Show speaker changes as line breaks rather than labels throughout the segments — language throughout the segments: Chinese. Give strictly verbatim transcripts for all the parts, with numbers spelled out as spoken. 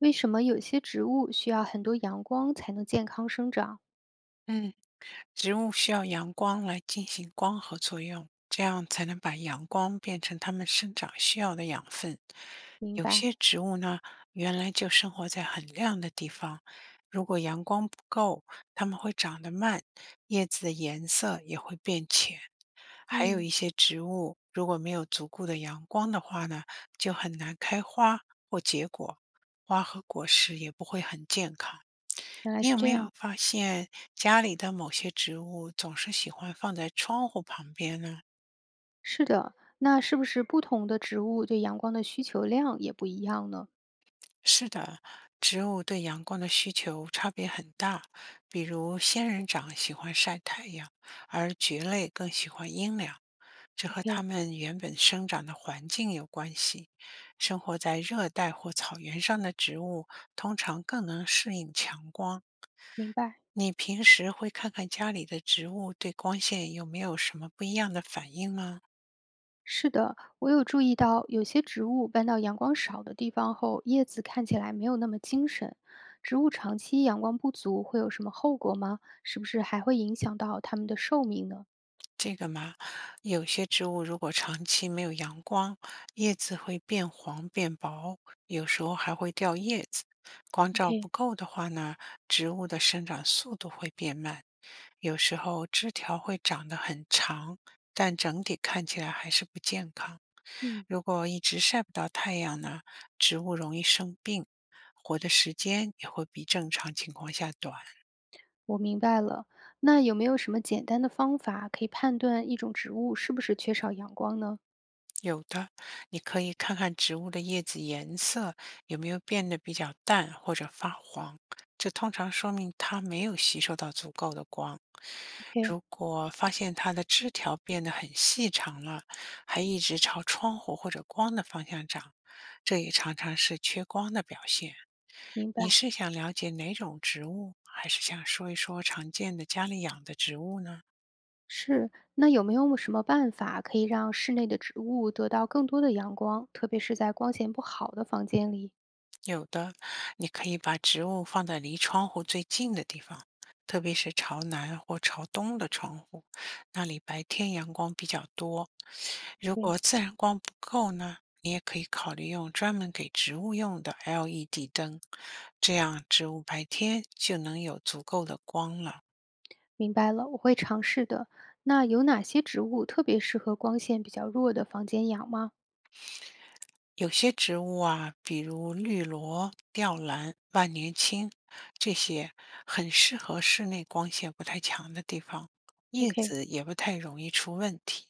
为什么有些植物需要很多阳光才能健康生长？
嗯，植物需要阳光来进行光合作用，这样才能把阳光变成它们生长需要的养分。
明
有
白。
些植物呢，原来就生活在很亮的地方，如果阳光不够，它们会长得慢，叶子的颜色也会变浅。还有一
嗯。
些植物，如果没有足够的阳光的话呢，就很难开花或结果，花和果实也不会很健康。
原来
你
是
有
这
没有
样。
发现家里的某些植物总是喜欢放在窗户旁边呢？
是的，那是不是不同的植物对阳光的需求量也不一样呢
是的，植物对阳光的需求差别很大，比如仙人掌喜欢晒太阳，而蕨类更喜欢阴凉，这和它
？OK，
们原本生长的环境有关系。生活在热带或草原上的植物通常更能适应强光。
明白。
你平时会看看家里的植物对光线有没有什么不一样的反应吗？
是的，我有注意到，有些植物搬到阳光少的地方后，叶子看起来没有那么精神。植物长期阳光不足会有什么后果吗？是不是还会影响到它们的寿命呢
这个嘛，有些植物如果长期没有阳光，叶子会变黄变薄，有时候还会掉叶子。光照不
？OK。
够的话呢，植物的生长速度会变慢，有时候枝条会长得很长，但整体看起来还是不健康。
嗯。
如果一直晒不到太阳呢，植物容易生病，活的时间也会比正常情况下短。
我明白了，那有没有什么简单的方法可以判断一种植物是不是缺少阳光呢
有的，你可以看看植物的叶子颜色有没有变得比较淡或者发黄，这通常说明它没有吸收到足够的光。
？OK，
如果发现它的枝条变得很细长了，还一直朝窗户或者光的方向长，这也常常是缺光的表现。
明白。
你是想了解哪种植物，还是想说一说常见的家里养的植物呢？
是，那有没有什么办法可以让室内的植物得到更多的阳光，特别是在光线不好的房间里
有的，你可以把植物放在离窗户最近的地方，特别是朝南或朝东的窗户，那里白天阳光比较多。如
？OK，
果自然光不够呢，你也可以考虑用专门给植物用的 L E D 灯，这样植物白天就能有足够的光了。
明白了，我会尝试的。那有哪些植物特别适合光线比较弱的房间养吗
有些植物啊，比如绿萝、吊兰、万年青，这些很适合室内光线不太强的地方，叶
？OK，
子也不太容易出问题。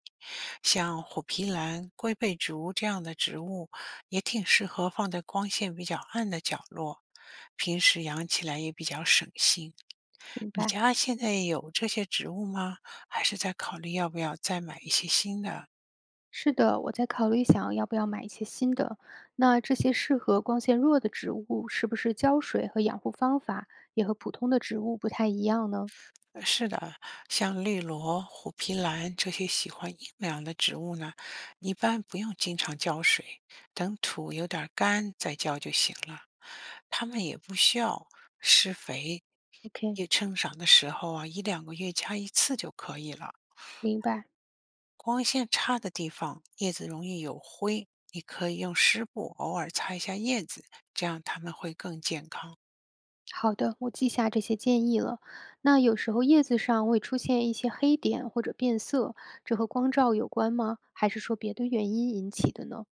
像虎皮兰、龟背竹这样的植物，也挺适合放在光线比较暗的角落，平时养起来也比较省心。
明
你
白。
家现在有这些植物吗？还是在考虑要不要再买一些新的？
是的，我在考虑想要不要买一些新的。那这些适合光线弱的植物，是不是浇水和养护方法也和普通的植物不太一样呢
是的，像绿萝、虎皮兰这些喜欢阴凉的植物呢，一般不用经常浇水，等土有点儿干再浇就行了。它们也不需要施肥，
？OK，
也生长的时候啊，一两个月加一次就可以了。
明白。
光线差的地方，叶子容易有灰，你可以用湿布偶尔擦一下叶子，这样它们会更健康。
好的，我记下这些建议了。那有时候叶子上会出现一些黑点或者变色，这和光照有关吗？还是说别的原因引起的呢？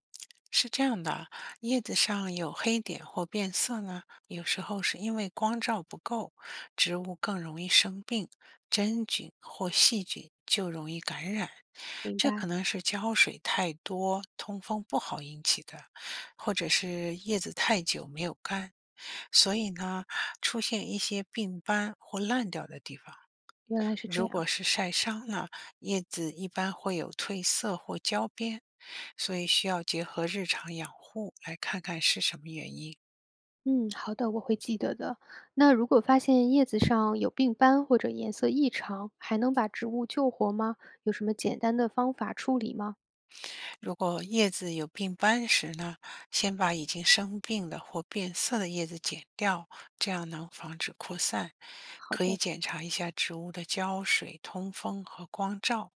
是这样的啊，叶子上有黑点或变色呢，有时候是因为光照不够，植物更容易生病，真菌或细菌就容易感染。
明
这可
白，
能是浇水太多、通风不好引起的，或者是叶子太久没有干，所以呢，出现一些病斑或烂掉的地方。
原来是这
如
样。
果是晒伤了，叶子一般会有褪色或焦边，所以需要结合日常养护来看看是什么原因。
嗯，好的，我会记得的。那如果发现叶子上有病斑或者颜色异常，还能把植物救活吗？有什么简单的方法处理吗？
如果叶子有病斑时呢，先把已经生病的或变色的叶子剪掉，这样能防止扩散。
好
可以
的，
检查一下植物的浇水、通风和光照，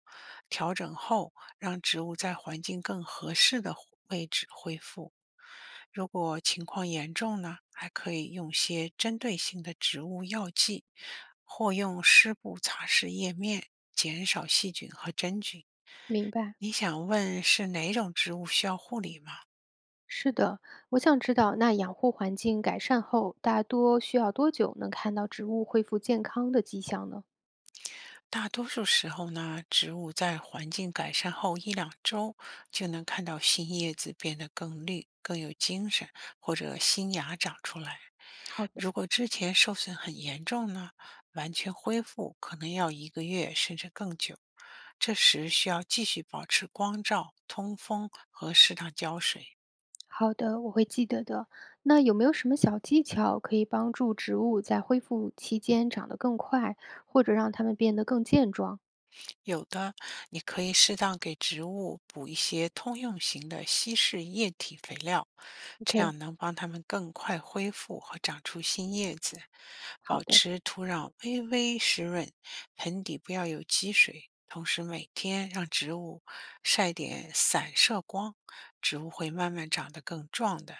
调整后让植物在环境更合适的位置恢复。如果情况严重呢，还可以用些针对性的植物药剂，或用湿布擦拭叶面，减少细菌和真菌。
明白。
你想问是哪种植物需要护理吗？
是的，我想知道，那养护环境改善后，大多需要多久能看到植物恢复健康的迹象呢？
大多数时候呢，植物在环境改善后一两周就能看到新叶子变得更绿、更有精神，或者新芽长出来。
好的，
如果之前受损很严重呢，完全恢复可能要一个月甚至更久。这时需要继续保持光照、通风和适当浇水。
好的，我会记得的。那有没有什么小技巧可以帮助植物在恢复期间长得更快，或者让它们变得更健壮
有的，你可以适当给植物补一些通用型的稀释液体肥料，这
？OK，
样能帮它们更快恢复和长出新叶子。
好
保
的，
持土壤微微湿润，盆底不要有积水。同时，每天让植物晒点散射光，植物会慢慢长得更壮的。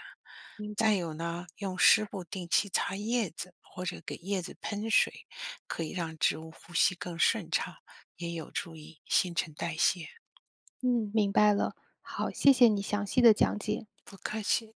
明
再
白。
有呢，用湿布定期擦叶子或者给叶子喷水，可以让植物呼吸更顺畅，也有助于新陈代谢。
嗯，明白了。好，谢谢你详细的讲解。
不客气。